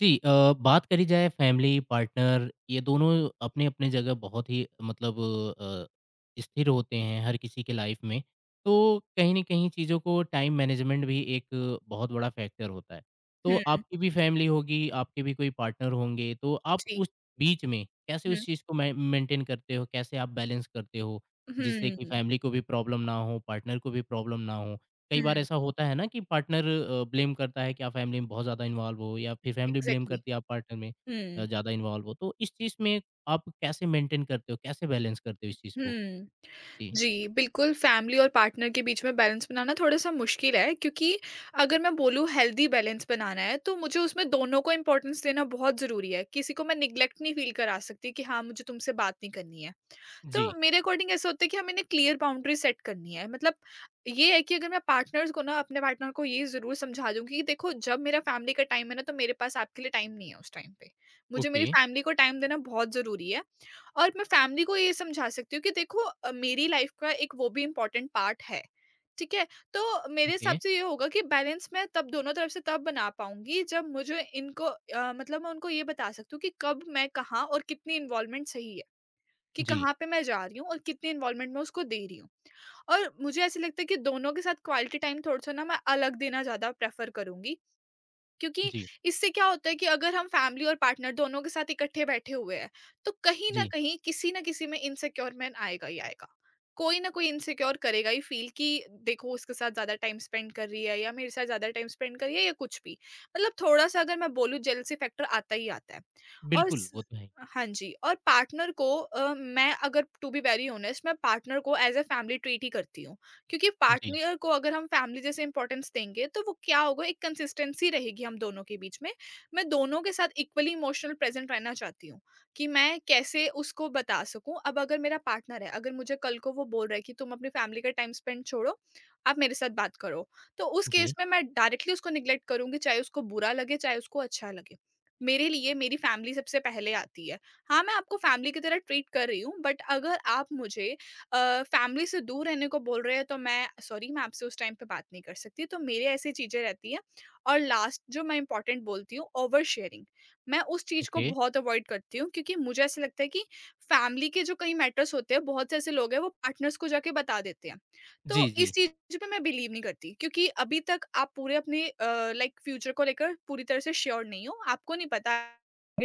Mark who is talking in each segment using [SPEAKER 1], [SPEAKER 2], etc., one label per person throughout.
[SPEAKER 1] जी बात करी जाए फैमिली पार्टनर ये दोनों अपने-अपने जगह बहुत ही मतलब अ, स्थिर होते हैं हर किसी के लाइफ में। तो कहीं न कहीं चीज़ों को टाइम मैनेजमेंट भी एक बहुत बड़ा फैक्टर होता है। तो
[SPEAKER 2] हुँ,
[SPEAKER 1] आपकी भी फैमिली होगी, आपके भी कोई पार्टनर होंगे, तो आप
[SPEAKER 2] जी।
[SPEAKER 1] उस बीच में कैसे
[SPEAKER 2] हुँ,
[SPEAKER 1] उस चीज़ को मै मेंटेन करते हो? कैसे आप बैलेंस करते हो? जिससे कि
[SPEAKER 2] हुँ,
[SPEAKER 1] फैमिली को भी प्रॉब्लम ना हो, पार्टनर को भी प्रॉब्लम ना हो? कई बार
[SPEAKER 2] हुँ,
[SPEAKER 1] ऐसा होता है ना कि पार्टनर ब्लेम करता है कि आप फैमिली में बहुत ज़्यादा इन्वॉल्व हो या फिर फैमिली ब्लेम
[SPEAKER 2] एग्ज़ैक्टली।
[SPEAKER 1] करती है आप पार्टनर में
[SPEAKER 2] हुँ,
[SPEAKER 1] ज़्यादा इन्वॉल्व हो तो इस चीज़ में आप कैसे मेंटेन करते हो कैसे बैलेंस करते हो इस चीज़ को।
[SPEAKER 2] हुँ।
[SPEAKER 1] जी।
[SPEAKER 2] जी, बिल्कुल फ़ैमिली और पार्टनर के बीच में बैलेंस बनाना थोड़ा-सा मुश्किल है, क्योंकि अगर मैं बोलूँ हेल्दी बैलेंस बनाना है, तो मुझे उसमें दोनों को इम्पोर्टेंस देना बहुत ज़रूरी है। किसी को मैं निग्लेक्ट नहीं फ़ील करा सकती कि हाँ, मुझे तुमसे बात नहीं करनी है।
[SPEAKER 1] जी।
[SPEAKER 2] तो मेरे अकॉर्डिंग ऐसा होता है कि हमें ना क्लियर बाउंड्री सेट करनी है। मतलब ये है कि अगर मैं पार्टनर्स को ना अपने पार्टनर को ये जरूर समझा दूंगी कि देखो, जब मेरा फैमिली का टाइम है ना, तो मेरे पास आपके लिए टाइम नहीं है। उस टाइम पे मुझे
[SPEAKER 1] ओके।
[SPEAKER 2] मेरी फैमिली को टाइम देना बहुत जरूरी है। और मैं फैमिली को ये समझा सकती हूँ कि देखो, मेरी लाइफ का एक वो भी इम्पोर्टेंट पार्ट है, ठीक है। तो मेरे
[SPEAKER 1] ओके।
[SPEAKER 2] हिसाब से ये होगा कि बैलेंस मैं तब दोनों तरफ से तब बना पाऊंगी, जब मुझे मतलब मैं उनको ये बता सकती हूँ कि कब मैं कहाँ और कितनी इन्वॉल्वमेंट सही है, कि
[SPEAKER 1] जी।
[SPEAKER 2] कहाँ पे मैं जा रही हूँ और कितनी इन्वॉल्वमेंट मैं उसको दे रही हूँ। और मुझे ऐसे लगता है कि दोनों के साथ क्वालिटी टाइम थोड़ा-सा ना मैं अलग देना ज़्यादा प्रेफ़र करूँगी, क्योंकि
[SPEAKER 1] जी।
[SPEAKER 2] इससे क्या होता है कि अगर हम फैमिली और पार्टनर दोनों के साथ इकट्ठे बैठे हुए हैं, तो कहीं ना
[SPEAKER 1] जी
[SPEAKER 2] कहीं किसी ना किसी में इनसिक्योर मैन आएगा ही आएगा। कोई ना कोई इनसिक्योर करेगा ही फील कि देखो, उसके साथ ज्यादा टाइम स्पेंड कर रही है या मेरे साथ ज्यादा टाइम स्पेंड कर रही है या कुछ भी। मतलब थोड़ा सा अगर मैं बोलूँ, जेलसी फैक्टर आता ही आता है। और
[SPEAKER 1] बिल्कुल, वो
[SPEAKER 2] स-
[SPEAKER 1] तो है।
[SPEAKER 2] हाँ जी। और पार्टनर को, मैं अगर टू बी वेरी ऑनेस्ट, मैं पार्टनर को एज अ फैमिली ट्रीट ही करती हूँ, क्योंकि
[SPEAKER 1] जी।
[SPEAKER 2] पार्टनर को अगर हम फैमिली जैसे इंपॉर्टेंस देंगे तो वो क्या होगा, एक कंसिस्टेंसी रहेगी हम दोनों के बीच में। मैं दोनों के साथ इक्वली इमोशनल प्रेजेंट रहना चाहती हूँ, कि मैं कैसे उसको बता सकूं। अब अगर मेरा पार्टनर है, अगर मुझे कल को वो बोल रहा है कि तुम अपनी फैमिली का टाइम स्पेंड छोड़ो, आप मेरे साथ बात करो, तो उस
[SPEAKER 1] जी।
[SPEAKER 2] केस में मैं डायरेक्टली उसको निग्लेक्ट करूंगी, चाहे उसको बुरा लगे चाहे उसको अच्छा लगे। मेरे लिए मेरी फैमिली सबसे पहले आती है। हाँ, मैं आपको फैमिली की तरह ट्रीट कर रही हूँ, बट अगर आप मुझे फैमिली से दूर रहने को बोल रहे हैं, तो मैं सॉरी, मैं आपसे उस टाइम पे बात नहीं कर सकती। तो मेरे ऐसी चीज़ें रहती हैं। और लास्ट जो मैं इंपॉर्टेंट बोलती हूँ, ओवर शेयरिंग, मैं उस चीज़ को
[SPEAKER 1] ओके।
[SPEAKER 2] बहुत अवॉइड करती हूँ, क्योंकि मुझे ऐसा लगता है कि फैमिली के जो कई मैटर्स होते हैं, बहुत से ऐसे लोग हैं वो पार्टनर्स को जाके बता देते हैं।
[SPEAKER 1] जी।
[SPEAKER 2] तो
[SPEAKER 1] जी।
[SPEAKER 2] इस चीज पे मैं बिलीव नहीं करती, क्योंकि अभी तक आप पूरे अपने लाइक फ्यूचर को लेकर पूरी तरह से श्योर नहीं हो, आपको नहीं पता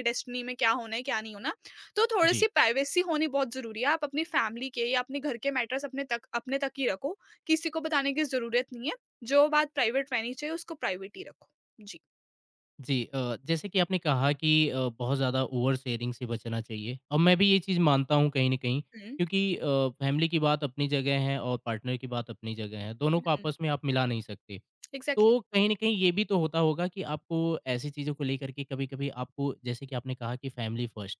[SPEAKER 2] डेस्टिनी में क्या होना है क्या नहीं होना। तो
[SPEAKER 1] जी।
[SPEAKER 2] थोड़ी-सी प्राइवेसी होनी बहुत ज़रूरी है। आप अपनी फैमिली के या अपने घर के मैटर्स अपने तक ही रखो, किसी को बताने की ज़रूरत नहीं है। जो बात प्राइवेट रहनी चाहिए उसको प्राइवेट ही रखो। जी।
[SPEAKER 1] जी जैसे कि आपने कहा कि बहुत ज़्यादा ओवर शेयरिंग से बचना चाहिए और मैं भी ये चीज़ मानता हूँ कहीं न कहीं
[SPEAKER 2] हुँ।
[SPEAKER 1] क्योंकि फैमिली की बात अपनी जगह है और पार्टनर की बात अपनी जगह है, दोनों
[SPEAKER 2] हुँ,
[SPEAKER 1] को
[SPEAKER 2] हुँ।
[SPEAKER 1] आपस में आप मिला नहीं सकते।
[SPEAKER 2] एग्ज़ैक्टली।
[SPEAKER 1] तो कहीं न कहीं ये भी तो होता होगा कि आपको ऐसी चीज़ों को लेकर के कभी-कभी आपको जैसे कि आपने कहा कि फैमिली फर्स्ट,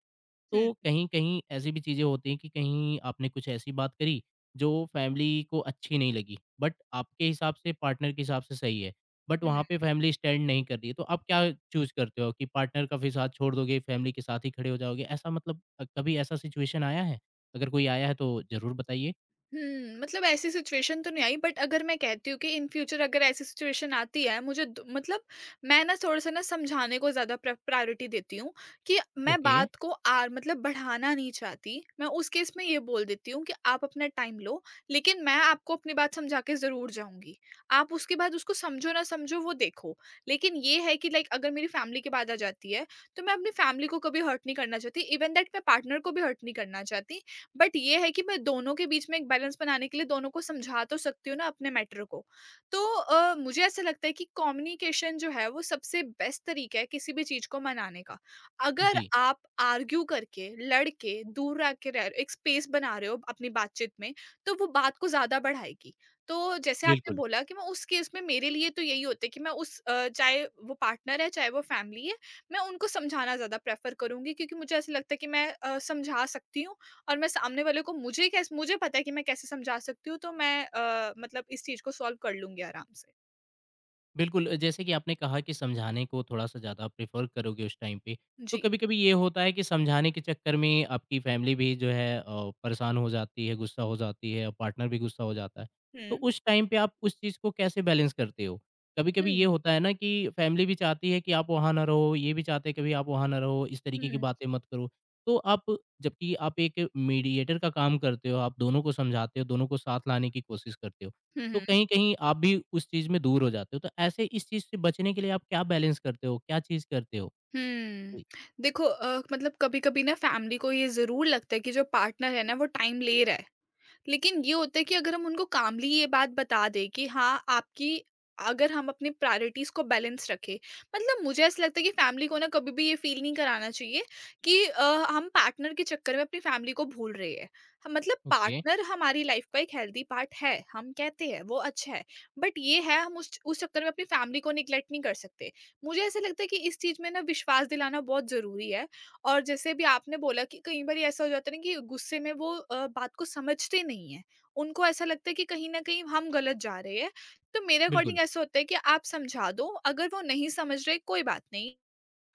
[SPEAKER 1] तो
[SPEAKER 2] हुँ,
[SPEAKER 1] कहीं-कहीं ऐसी भी चीज़ें होती हैं कि कहीं आपने कुछ ऐसी बात करी, जो फैमिली को अच्छी नहीं लगी, बट आपके हिसाब से पार्टनर के हिसाब से सही है, बट
[SPEAKER 2] हुँ,
[SPEAKER 1] वहाँ
[SPEAKER 2] हुँ।
[SPEAKER 1] पे फैमिली स्टैंड नहीं कर रही है, तो आप क्या चूज़ करते हो कि पार्टनर का फिर साथ छोड़ दोगे, फैमिली के साथ ही खड़े हो जाओगे? ऐसा मतलब कभी ऐसा सिचुएशन आया है? अगर कोई आया है तो ज़रूर बताइए।
[SPEAKER 2] हुँ, मतलब ऐसी सिचुएशन तो नहीं आई, बट अगर मैं कहती हूँ कि इन फ्यूचर अगर ऐसी सिचुएशन आती है, मुझे द मतलब मैं ना थोड़ा-सा ना समझाने को ज़्यादा प्रायोरिटी देती हूँ, कि मैं
[SPEAKER 1] ओके।
[SPEAKER 2] बात को आर मतलब बढ़ाना नहीं चाहती। मैं उस केस में ये बोल देती हूँ कि आप अपना टाइम लो, लेकिन मैं आपको अपनी बात समझा के ज़रूर जाऊँगी। आप उसके बाद उसको समझो ना समझो, वो देखो। लेकिन ये है कि लाइक अगर मेरी फैमिली की बात आ जाती है, तो मैं अपनी फैमिली को कभी हर्ट नहीं करना चाहती, इवन दैट मैं पार्टनर को भी हर्ट नहीं करना चाहती। बट ये है कि मैं दोनों के बीच में एक बैलेंस बनाने के लिए दोनों को समझा तो सकती हूँ ना अपने मैटर को। तो मुझे ऐसा लगता है कि कम्युनिकेशन जो है वो सबसे बेस्ट तरीका है किसी भी चीज़ को मनाने का। अगर
[SPEAKER 1] जी।
[SPEAKER 2] आप आर्ग्यू करके, लड़ के, दूर रह के रह एक स्पेस बना रहे हो अपनी बातचीत में, तो वो बात को ज़्यादा बढ़ाएगी। तो जैसे आपने
[SPEAKER 1] बिल्कुल।
[SPEAKER 2] बोला कि मैं उस केस में, मेरे लिए तो यही होता है कि मैं चाहे वो पार्टनर है, चाहे वो फैमिली है, मैं उनको समझाना ज़्यादा प्रेफ़र करूँगी, क्योंकि मुझे ऐसा लगता है कि मैं समझा सकती हूँ। और मैं सामने वाले को मुझे पता है कि मैं कैसे समझा सकती हूँ। तो मैं मतलब इस चीज़ को सॉल्व कर लूँगी आराम से।
[SPEAKER 1] बिल्कुल, जैसे कि आपने कहा कि समझाने को थोड़ा-सा ज़्यादा प्रेफ़र करोगे उस टाइम पे। तो
[SPEAKER 2] जी।
[SPEAKER 1] कभी-कभी ये होता है कि समझाने के चक्कर में आपकी फ़ैमिली भी जो है परेशान हो जाती है, गुस्सा हो जाती है, और पार्टनर भी गुस्सा हो जाता है। तो
[SPEAKER 2] हुँ।
[SPEAKER 1] उस टाइम पे आप उस चीज़ को कैसे बैलेंस करते हो?
[SPEAKER 2] हुँ,
[SPEAKER 1] कभी-कभी ये
[SPEAKER 2] हुँ।
[SPEAKER 1] होता है ना कि फ़ैमिली भी चाहती है कि आप वहाँ ना रहो, ये भी चाहते हैं कभी आप वहाँ ना रहो, इस तरीके की बातें मत करो। तो आप जबकि आप एक मीडिएटर का काम करते हो, आप दोनों को समझाते हो, दोनों को साथ लाने की कोशिश करते हो।
[SPEAKER 2] हुँ,
[SPEAKER 1] तो
[SPEAKER 2] हुँ।
[SPEAKER 1] कहीं-कहीं आप भी उस चीज़ में दूर हो जाते हो। तो ऐसे इस चीज़ से बचने के लिए आप क्या बैलेंस करते हो? क्या चीज़ करते हो?
[SPEAKER 2] हुँ।
[SPEAKER 1] हुँ। जी।
[SPEAKER 2] देखो, मतलब कभी-कभी ना फैमिली को ये ज़रूर लगता है कि जो पार्टनर है ना, वो टाइम ले रहा है। लेकिन ये होता है कि अगर हम उनको कामली ये बात बता दें कि हाँ, आपकी, अगर हम अपनी प्रायोरिटीज़ को बैलेंस रखें, मतलब मुझे ऐसा लगता है कि फैमिली को ना कभी भी ये फ़ील नहीं कराना चाहिए कि हम पार्टनर के चक्कर में अपनी फैमिली को भूल रहे हैं। ह मतलब
[SPEAKER 1] ओके।
[SPEAKER 2] पार्टनर हमारी लाइफ़ का एक हेल्दी पार्ट है, हम कहते हैं वो अच्छा है, बट ये है, हम उस चक्कर में अपनी फैमिली को नेग्लेक्ट नहीं कर सकते। मुझे ऐसा लगता है कि इस चीज़ में ना विश्वास दिलाना बहुत ज़रूरी है। और जैसे भी आपने बोला कि कई बार ऐसा हो जाता है ना कि गुस्से में वो बात को समझते नहीं है, उनको ऐसा लगता है कि कहीं ना कहीं हम गलत जा रहे हैं। तो मेरे
[SPEAKER 1] बिल्कुल।
[SPEAKER 2] अकॉर्डिंग ऐसा होता है कि आप समझा दो, अगर वो नहीं समझ रहे कोई बात नहीं।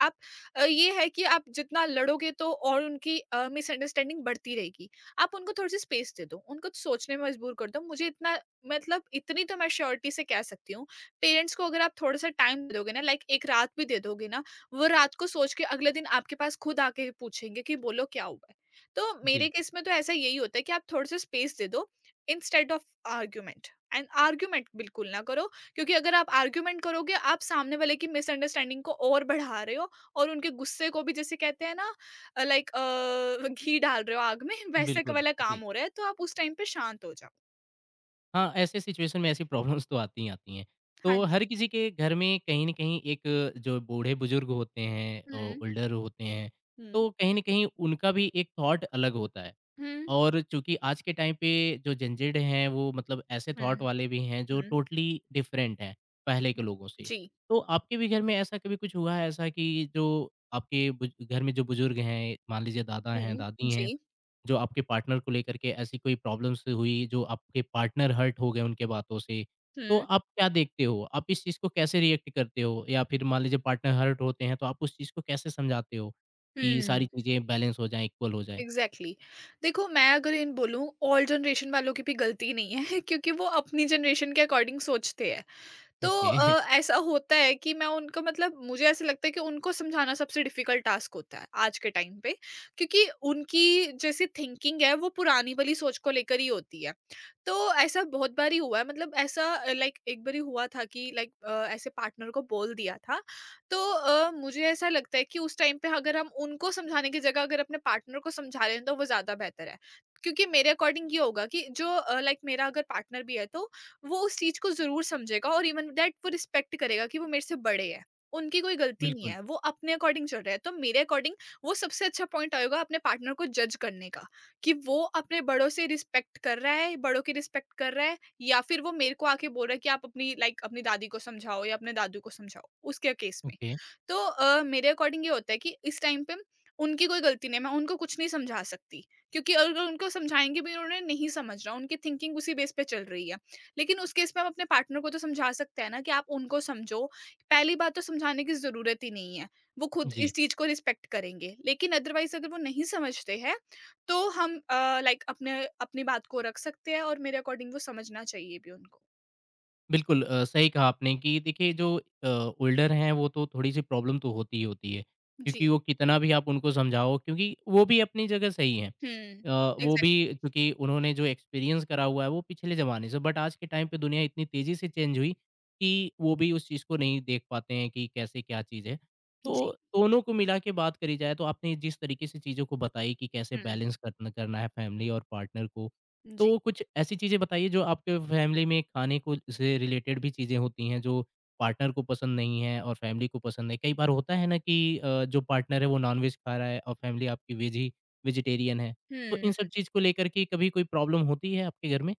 [SPEAKER 2] आप, ये है कि आप जितना लड़ोगे तो और उनकी मिसअंडरस्टैंडिंग बढ़ती रहेगी। आप उनको थोड़ी-सी स्पेस दे दो, उनको तो सोचने में मजबूर कर दो। मुझे इतना मतलब इतनी तो मैं श्योरिटी से कह सकती हूँ, पेरेंट्स को अगर आप थोड़ा-सा टाइम दे दोगे ना, लाइक एक रात भी दे दोगे ना, वो रात को सोच के अगले दिन आपके पास खुद आके पूछेंगे कि बोलो क्या हुआ है? तो मेरे
[SPEAKER 1] जी।
[SPEAKER 2] केस में तो ऐसा यही होता है कि आप थोड़ा-सा स्पेस दे दो, instead of argument, and argument बिल्कुल ना करो, क्योंकि अगर आप आर्गुमेंट करोगे, आप सामने वाले की मिसअंडरस्टैंडिंग को और बढ़ा रहे हो और उनके गुस्से को भी, जैसे कहते हैं ना, लाइक घी डाल रहे हो आग में वैसे का
[SPEAKER 1] बिल्कुल।
[SPEAKER 2] वाला
[SPEAKER 1] जी।
[SPEAKER 2] काम हो रहा है। तो आप उस टाइम पे शांत हो जाओ।
[SPEAKER 1] हाँ, ऐसे सिचुएशन में ऐसी प्रॉब्लम्स तो आती ही आती हैं।
[SPEAKER 2] हाँ
[SPEAKER 1] तो
[SPEAKER 2] जी।
[SPEAKER 1] हर किसी के घर में कहीं न कहीं एक जो बूढ़े-बुजुर्ग होते हैं, ओ
[SPEAKER 2] हुँ,
[SPEAKER 1] ओल्डर होते हैं,
[SPEAKER 2] हुँ,
[SPEAKER 1] तो कहीं न कहीं उनका भी एक थॉट अलग होता है।
[SPEAKER 2] हुँ,
[SPEAKER 1] और चूँकि आज के टाइम पे जो जनजीड हैं वो मतलब ऐसे
[SPEAKER 2] हुँ,
[SPEAKER 1] थॉट
[SPEAKER 2] हुँ,
[SPEAKER 1] वाले भी हैं जो
[SPEAKER 2] हुँ।
[SPEAKER 1] टोटली डिफरेंट हैं पहले के लोगों से।
[SPEAKER 2] जी।
[SPEAKER 1] तो आपके भी घर में ऐसा कभी कुछ हुआ है ऐसा कि जो आपके बुज घर में जो बुजुर्ग हैं, मान लीजिए दादा हैं,
[SPEAKER 2] हुँ,
[SPEAKER 1] दादी हैं,
[SPEAKER 2] जी।
[SPEAKER 1] जो आपके पार्टनर को लेकर के ऐसी कोई प्रॉब्लम्स हुई जो आपके पार्टनर हर्ट हो गए उनके बातों से। तो
[SPEAKER 2] हुँ,
[SPEAKER 1] आप क्या देखते हो? आप इस चीज़ को कैसे रिएक्ट करते हो? या फिर मान लीजिए पार्टनर हर्ट होते हैं तो आप उस चीज़ को कैसे समझाते हो कि सारी
[SPEAKER 2] हुँ।
[SPEAKER 1] चीज़ें बैलेंस हो जाएँ, इक्वल हो जाएँ?
[SPEAKER 2] एग्ज़ैक्टली। देखो, मैं अगर इन बोलूँ, ओल्ड जनरेशन वालों की भी गलती नहीं है क्योंकि वो अपनी जनरेशन के अकॉर्डिंग सोचते हैं। तो
[SPEAKER 1] ओके।
[SPEAKER 2] ऐसा होता है कि मैं उनको मतलब मुझे ऐसे लगता है कि उनको समझाना सबसे डिफिकल्ट टास्क होता है आज के टाइम पे, क्योंकि उनकी जैसी थिंकिंग है वो पुरानी वाली सोच को लेकर ही होती है। तो ऐसा बहुत बार ही हुआ है, मतलब ऐसा, लाइक एक बार ही हुआ था कि लाइक ऐसे पार्टनर को बोल दिया था। तो मुझे ऐसा लगता है कि उस टाइम पे अगर हम उनको समझाने की जगह अगर अपने पार्टनर को समझा लें तो वो ज़्यादा बेहतर है, क्योंकि मेरे अकॉर्डिंग ये होगा कि जो, लाइक मेरा अगर पार्टनर भी है, तो वो उस चीज़ को ज़रूर समझेगा और इवन दैट वो रिस्पेक्ट करेगा कि वो मेरे से बड़े हैं, उनकी कोई गलती नहीं
[SPEAKER 1] बिल्कुल।
[SPEAKER 2] है, वो अपने अकॉर्डिंग चल रहे हैं। तो मेरे अकॉर्डिंग वो सबसे अच्छा पॉइंट होगा अपने पार्टनर को जज करने का, कि वो अपने बड़ों से रिस्पेक्ट कर रहा है, बड़ों की रिस्पेक्ट कर रहा है, या फिर वो मेरे को आके बोल रहा है कि आप अपनी लाइक, अपनी दादी को समझाओ या अपने दादू को समझाओ, उसके केस में।
[SPEAKER 1] ओके।
[SPEAKER 2] तो मेरे अकॉर्डिंग ये होता है कि इस टाइम पे उनकी कोई गलती नहीं है, मैं उनको कुछ नहीं समझा सकती, क्योंकि अगर उनको समझाएँगे भी, उन्हें नहीं समझ रहा, उनकी थिंकिंग उसी बेस पे चल रही है। लेकिन उस केस में हम अपने पार्टनर को तो समझा सकते हैं ना कि आप उनको समझो। पहली बात तो समझाने की ज़रूरत ही नहीं है, वो खुद
[SPEAKER 1] जी।
[SPEAKER 2] इस चीज़ को रिस्पेक्ट करेंगे। लेकिन अदरवाइज़ अगर वो नहीं समझते हैं, तो हम लाइक अपने अपनी बात को रख सकते हैं, और मेरे अकॉर्डिंग वो समझना चाहिए भी उनको।
[SPEAKER 1] बिल्कुल, सही कहा आपने कि देखिए जो ओल्डर हैं वो तो थोड़ी-सी प्रॉब्लम तो होती ही होती है, क्योंकि
[SPEAKER 2] जी।
[SPEAKER 1] वो कितना भी आप उनको समझाओ क्योंकि वो भी अपनी जगह सही हैं।
[SPEAKER 2] हुँ।
[SPEAKER 1] वो
[SPEAKER 2] एग्ज़ैक्टली।
[SPEAKER 1] भी क्योंकि उन्होंने जो एक्सपीरियंस करा हुआ है वो पिछले ज़माने से बट आज के टाइम पे दुनिया इतनी तेज़ी से चेंज हुई कि वो भी उस चीज़ को नहीं देख पाते हैं कि कैसे क्या चीज़ है।
[SPEAKER 2] जी।
[SPEAKER 1] तो दोनों को मिला के बात करी जाए तो आपने जिस तरीके से चीज़ों को बताई कि कैसे
[SPEAKER 2] हुँ।
[SPEAKER 1] बैलेंस करना है फैमिली और पार्टनर को,
[SPEAKER 2] जी।
[SPEAKER 1] तो कुछ ऐसी चीज़ें बताइए जो आपके फैमिली में खाने को से रिलेटेड भी चीज़ें होती हैं जो पार्टनर को पसंद नहीं है और फैमिली को पसंद नहीं। कई बार होता है ना कि जो पार्टनर है वो नॉनवेज खा रहा है और फैमिली आपकी वेज ही वेजिटेरियन है, तो इन सब
[SPEAKER 2] हुँ।
[SPEAKER 1] चीज़ को लेकर के कभी कोई प्रॉब्लम होती है आपके घर में?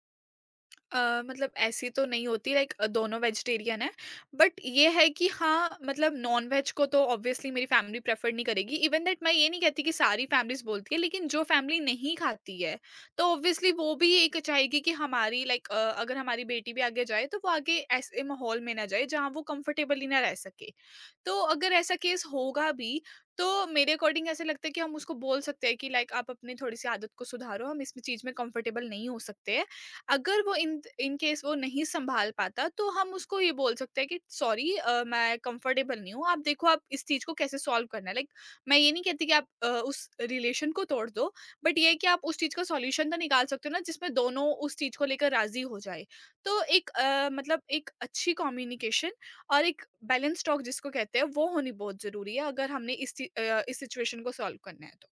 [SPEAKER 2] मतलब ऐसी तो नहीं होती, लाइक दोनों वेजिटेरियन है, बट ये है कि हाँ, मतलब नॉन वेज को तो ऑब्वियसली मेरी फैमिली प्रेफर नहीं करेगी, इवन दैट मैं ये नहीं कहती कि सारी फैमिलीज बोलती है, लेकिन जो फैमिली नहीं खाती है, तो ऑब्वियसली वो भी एक चाहेगी कि हमारी लाइक अगर हमारी बेटी भी आगे जाए तो वो आगे ऐसे माहौल में ना जाए जहाँ वो कंफर्टेबली ना रह सके। तो अगर ऐसा केस होगा भी तो मेरे अकॉर्डिंग ऐसे लगता है कि हम उसको बोल सकते हैं कि लाइक आप अपनी थोड़ी सी आदत को सुधारो, हम इस चीज में कंफर्टेबल नहीं हो सकते। अगर वो इन इन केस वो नहीं सँभाल पाता, तो हम उसको ये बोल सकते हैं कि सॉरी मैं कंफर्टेबल नहीं हूँ, आप देखो आप इस चीज़ को कैसे सॉल्व करना है। लाइक मैं ये नहीं कहती कि आप उस रिलेशन को तोड़ दो, बट ये है कि आप उस चीज़ का सॉल्यूशन तो निकाल सकते हो ना, जिसमें दोनों उस चीज़ को लेकर राज़ी हो जाएँ। तो एक मतलब एक अच्छी कम्युनिकेशन और एक बैलेंस टॉक जिसको कहते हैं वो होनी बहुत ज़रूरी है अगर हमने इस इस सिचुएशन को सॉल्व करना है तो।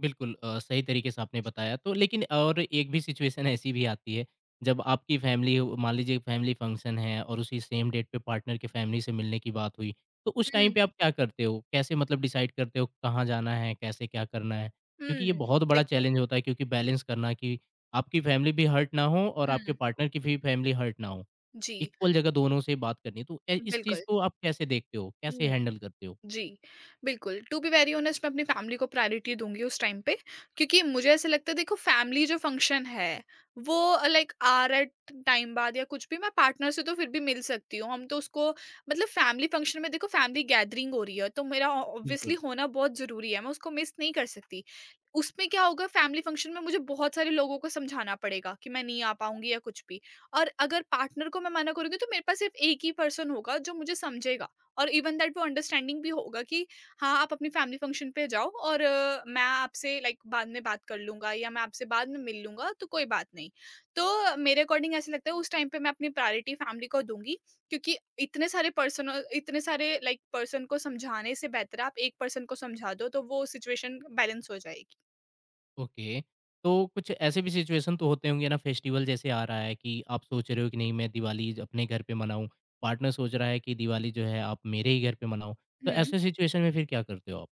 [SPEAKER 1] बिल्कुल, सही तरीके से आपने बताया तो लेकिन और एक भी सिचुएशन ऐसी भी आती है जब आपकी फैमिली मान लीजिए फैमिली फंक्शन है और उसी सेम डेट पे पार्टनर के फैमिली से मिलने की बात हुई, तो उस
[SPEAKER 2] हुँ,
[SPEAKER 1] टाइम पे आप क्या करते हो कैसे मतलब डिसाइड करते हो कहाँ जाना है कैसे क्या करना है, क्योंकि ये
[SPEAKER 2] हुँ,
[SPEAKER 1] बहुत बड़ा
[SPEAKER 2] देखो
[SPEAKER 1] चैलेंज होता है क्योंकि बैलेंस करना कि आपकी फैमिली भी हर्ट ना हो और आपके
[SPEAKER 2] हुँ,
[SPEAKER 1] पार्टनर की भी फैमिली हर्ट ना हो,
[SPEAKER 2] जी,
[SPEAKER 1] इक्वल जगह दोनों से बात करनी, तो इस चीज़
[SPEAKER 2] बिल्कुल।
[SPEAKER 1] को आप कैसे देखते हो कैसे
[SPEAKER 2] हुँ।
[SPEAKER 1] हैंडल करते हो?
[SPEAKER 2] जी, बिल्कुल, टू बी वेरी ऑनेस्ट मैं अपनी फैमिली को प्रायोरिटी दूँगी उस टाइम पे, क्योंकि मुझे ऐसा लगता है, देखो फैमिली जो फंक्शन है, वो लाइक आर एट टाइम बाद या कुछ भी मैं पार्टनर से तो फिर भी मिल सकती हूँ, हम तो उसको मतलब फैमिली फंक्शन में देखो फैमिली गैदरिंग हो रही है, तो मेरा ऑ ऑब्वियसली
[SPEAKER 1] बिल्कुल।
[SPEAKER 2] होना बहुत ज़रूरी है, मैं उसको मिस नहीं कर सकती। उसमें क्या होगा, फैमिली फंक्शन में मुझे बहुत सारे लोगों को समझाना पड़ेगा कि मैं नहीं आ पाऊँगी या कुछ भी। और अगर पार्टनर को मैं मना करूँगी तो मेरे पास सिर्फ़ एक ही पर्सन होगा जो मुझे समझेगा। और इवन दैट वो अंडरस्टैंडिंग भी होगा कि हाँ आप अपनी फैमिली फंक्शन पे जाओ और मैं आपसे लाइक बाद में बात कर लूंगा या मैं आपसे बाद में मिल लूंगा तो कोई बात नहीं। तो मेरे अकॉर्डिंग ऐसे लगता है उस टाइम पे मैं अपनी प्रायोरिटी फैमिली को दूंगी, क्योंकि इतने सारे पर्सन, इतने सारे लाइक पर्सन को समझाने से बेहतर है आप एक पर्सन को समझा दो, तो वो सिचुएशन बैलेंस हो जाएगी।
[SPEAKER 1] ओके। तो कुछ ऐसे भी सिचुएशन तो होते होंगे ना फेस्टिवल जैसे आ रहा है कि आप सोच रहे हो कि नहीं मैं दिवाली ज अपने घर पे मनाऊँ, पार्टनर सोच रहा है कि दिवाली जो है आप मेरे ही घर पे मनाओ। तो
[SPEAKER 2] हम्म।
[SPEAKER 1] ऐसे सिचुएशन में फिर क्या करते हो आप?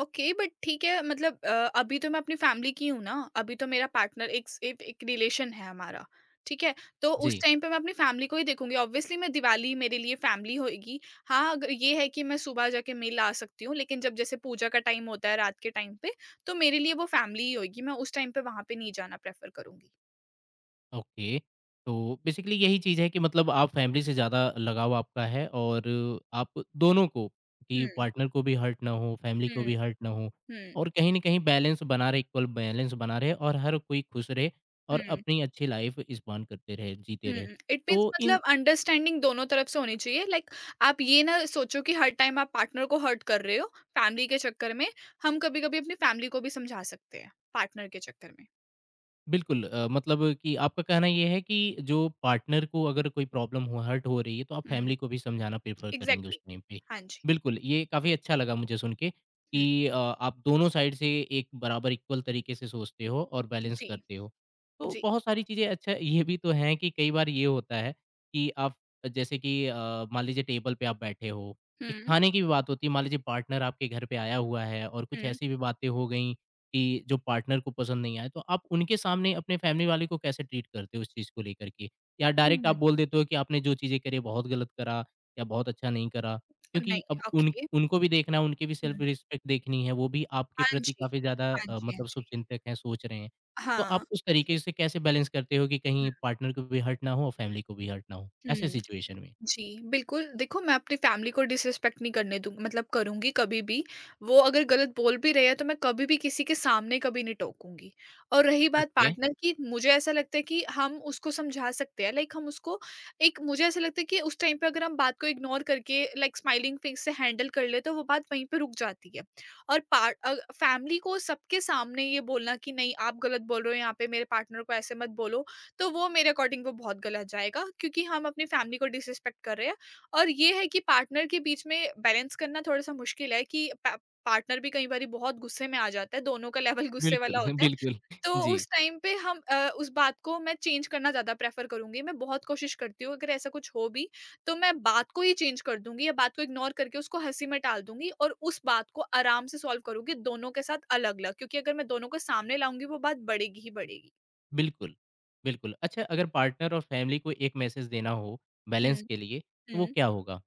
[SPEAKER 2] ओके बट ठीक है मतलब अभी तो मैं अपनी फैमिली की हूँ ना, अभी तो मेरा पार्टनर एक एक रिलेशन है हमारा। ठीक है, तो उस
[SPEAKER 1] जी।
[SPEAKER 2] टाइम पे मैं अपनी फैमिली को ही देखूंगी, ऑब्वियसली मैं दिवाली मेरे लिए फैमिली होगी। हाँ अगर ये है कि मैं सुबह जाके मिल आ सकती हूँ, लेकिन जब जैसे पूजा का टाइम होता है रात के टाइम पे, तो मेरे लिए वो फैमिली ही होगी, मैं उस टाइम पे वहां पे नहीं जाना प्रेफर करूंगी।
[SPEAKER 1] ओके। तो बेसिकली यही चीज़ है कि मतलब आप फैमिली से ज़्यादा लगाव आपका है और आप दोनों को, कि
[SPEAKER 2] हम्म,
[SPEAKER 1] पार्टनर को भी हर्ट ना हो, फैमिली को
[SPEAKER 2] हम्म,
[SPEAKER 1] भी हर्ट ना हो
[SPEAKER 2] हम्म,
[SPEAKER 1] और कहीं न कहीं बैलेंस बना रहे, इक्वल बैलेंस बना रहे और हर कोई खुश रहे और
[SPEAKER 2] हम्म।
[SPEAKER 1] अपनी अच्छी लाइफ़ स्पॉन करते रहे, जीते रहे।
[SPEAKER 2] हुँ। इट मीन्स
[SPEAKER 1] तो इन
[SPEAKER 2] मतलब अंडरस्टैंडिंग दोनों तरफ से होनी चाहिए, लाइक आप ये ना सोचो कि हर टाइम आप पार्टनर को हर्ट कर रहे हो, फैमिली के चक्कर में। हम कभी-कभी अपनी फैमिली को भी समझा सकते हैं, पार्टनर के चक्कर में।
[SPEAKER 1] बिल्कुल, मतलब कि आपका कहना ये है कि जो पार्टनर को अगर कोई प्रॉब्लम हो हर्ट हो रही है तो आप
[SPEAKER 2] हुँ,
[SPEAKER 1] फैमिली को भी समझाना प्रेफर करेंगे उस
[SPEAKER 2] एग्ज़ैक्टली।
[SPEAKER 1] टाइम पे।
[SPEAKER 2] हाँ जी।
[SPEAKER 1] बिल्कुल, ये काफ़ी अच्छा लगा मुझे सुन के कि
[SPEAKER 2] हुँ,
[SPEAKER 1] आप दोनों साइड से एक बराबर इक्वल तरीके से सोचते हो और बैलेंस
[SPEAKER 2] जी,
[SPEAKER 1] करते हो। तो
[SPEAKER 2] जी।
[SPEAKER 1] बहुत सारी चीज़ें अच्छा ये भी तो हैं कि कई बार ये होता है कि आप जैसे कि मान लीजिए टेबल पे आप बैठे हो, एक
[SPEAKER 2] हुँ,
[SPEAKER 1] खाने की भी बात होती है, मान लीजिए पार्टनर आपके घर पे आया हुआ है और कुछ
[SPEAKER 2] हुँ,
[SPEAKER 1] ऐसी भी बातें हो गई कि जो पार्टनर को पसंद नहीं आए, तो आप उनके सामने अपने फैमिली वाले को कैसे ट्रीट करते हो उस चीज़ को लेकर के? या
[SPEAKER 2] हुँ,
[SPEAKER 1] डायरेक्ट आप
[SPEAKER 2] हुँ।
[SPEAKER 1] बोल देते हो कि आपने जो चीज़ें करी बहुत गलत करा या बहुत अच्छा नहीं करा? क्योंकि
[SPEAKER 2] नहीं,
[SPEAKER 1] अब उन
[SPEAKER 2] ओके।
[SPEAKER 1] उनको भी देखना है, उनकी भी सेल्फ
[SPEAKER 2] हुँ।
[SPEAKER 1] रिस्पेक्ट देखनी है, वो भी आपके
[SPEAKER 2] हाँ
[SPEAKER 1] प्रति
[SPEAKER 2] जी।
[SPEAKER 1] काफ़ी ज़्यादा
[SPEAKER 2] हाँ जी, हाँ
[SPEAKER 1] मतलब
[SPEAKER 2] जी।
[SPEAKER 1] शुभचिंतक हैं, सोच रहे हैं। तो आप
[SPEAKER 2] हाँ,
[SPEAKER 1] उस
[SPEAKER 2] ओके।
[SPEAKER 1] तरीके से कैसे बैलेंस करते हो कि कहीं
[SPEAKER 2] हुँ,
[SPEAKER 1] पार्टनर को भी हर्ट ना हो और फैमिली को भी हर्ट ना हो, ऐसे
[SPEAKER 2] हुँ।
[SPEAKER 1] सिचुएशन में?
[SPEAKER 2] जी, बिल्कुल। देखो मैं अपनी फैमिली को डिसरिस्पेक्ट नहीं करने दूँ मतलब करूँगी कभी भी। वो अगर गलत बोल भी रहे हैं तो मैं कभी भी किसी के सामने कभी नहीं टोकूँगी। और रही बात
[SPEAKER 1] ओके।
[SPEAKER 2] पार्टनर की, मुझे ऐसा लगता है कि हम उसको समझा सकते हैं, लाइक हम उसको एक, मुझे ऐसा लगता है कि उस टाइम पे अगर हम बात को इग्नोर करके लाइक स्माइलिंग फेस से हैंडल कर ले तो वो बात वहीं पे रुक जाती है। और फैमिली को सबके सामने ये बोलना कि नहीं आप गलत बोल रहे हो, यहाँ पे मेरे पार्टनर को ऐसे मत बोलो, तो वो मेरे अकॉर्डिंग वो बहुत गलत जाएगा क्योंकि हम अपनी फैमिली को डिसरिस्पेक्ट कर रहे हैं। और ये है कि पार्टनर के बीच में बैलेंस करना थोड़ा-सा मुश्किल है कि पा पार्टनर भी कई बारी बहुत गुस्से में आ जाता है, दोनों का लेवल गुस्से
[SPEAKER 1] बिल्कुल।
[SPEAKER 2] वाला होता है।
[SPEAKER 1] बिल्कुल।
[SPEAKER 2] तो
[SPEAKER 1] जी।
[SPEAKER 2] उस टाइम पे हम उस बात को मैं चेंज करना ज़्यादा प्रेफ़र करूँगी। मैं बहुत कोशिश करती हूँ, अगर ऐसा कुछ हो भी, तो मैं बात को ही चेंज कर दूँगी या बात को इग्नोर करके उसको हँसी में टाल दूँगी और उस बात को आराम से सॉल्व करूँगी दोनों के साथ अलग-अलग, क्योंकि अगर मैं दोनों को सामने लाऊँगी वो बात बढ़ेगी ही बढ़ेगी।
[SPEAKER 1] बिल्कुल। बिल्कुल। अच्छा अगर पार्टनर और फैमिली को एक मैसेज देना हो
[SPEAKER 2] हुँ,
[SPEAKER 1] बैलेंस के लिए, तो वो
[SPEAKER 2] हुँ।
[SPEAKER 1] क्या होगा?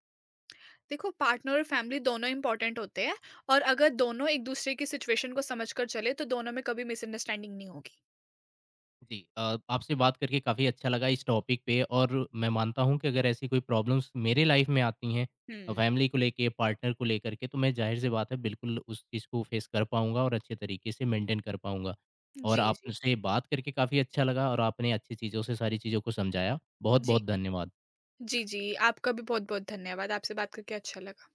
[SPEAKER 2] देखो पार्टनर और फैमिली दोनों इंपॉर्टेंट होते हैं और अगर दोनों एक दूसरे की सिचुएशन को समझकर चले तो दोनों में कभी मिसअंडरस्टैंडिंग नहीं होगी।
[SPEAKER 1] जी आपसे बात करके काफ़ी अच्छा लगा इस टॉपिक पे और मैं मानता हूँ कि अगर ऐसी कोई प्रॉब्लम्स मेरे लाइफ़ में आती हैं
[SPEAKER 2] हम्म।
[SPEAKER 1] फैमिली को लेके, पार्टनर को लेकर के, तो मैं ज़ाहिर-सी बात है बिल्कुल उस चीज़ को फेस कर पाऊँगा और अच्छे तरीके से मेंटेन कर पाऊँगा। और
[SPEAKER 2] जी, जी,
[SPEAKER 1] आपसे बात करके काफ़ी अच्छा लगा और आपने अच्छी चीज़ों से सारी चीज़ों को समझाया।
[SPEAKER 2] जी,
[SPEAKER 1] बहुत-बहुत धन्यवाद।
[SPEAKER 2] जी। जी, आपका भी बहुत बहुत धन्यवाद, आपसे बात करके अच्छा लगा।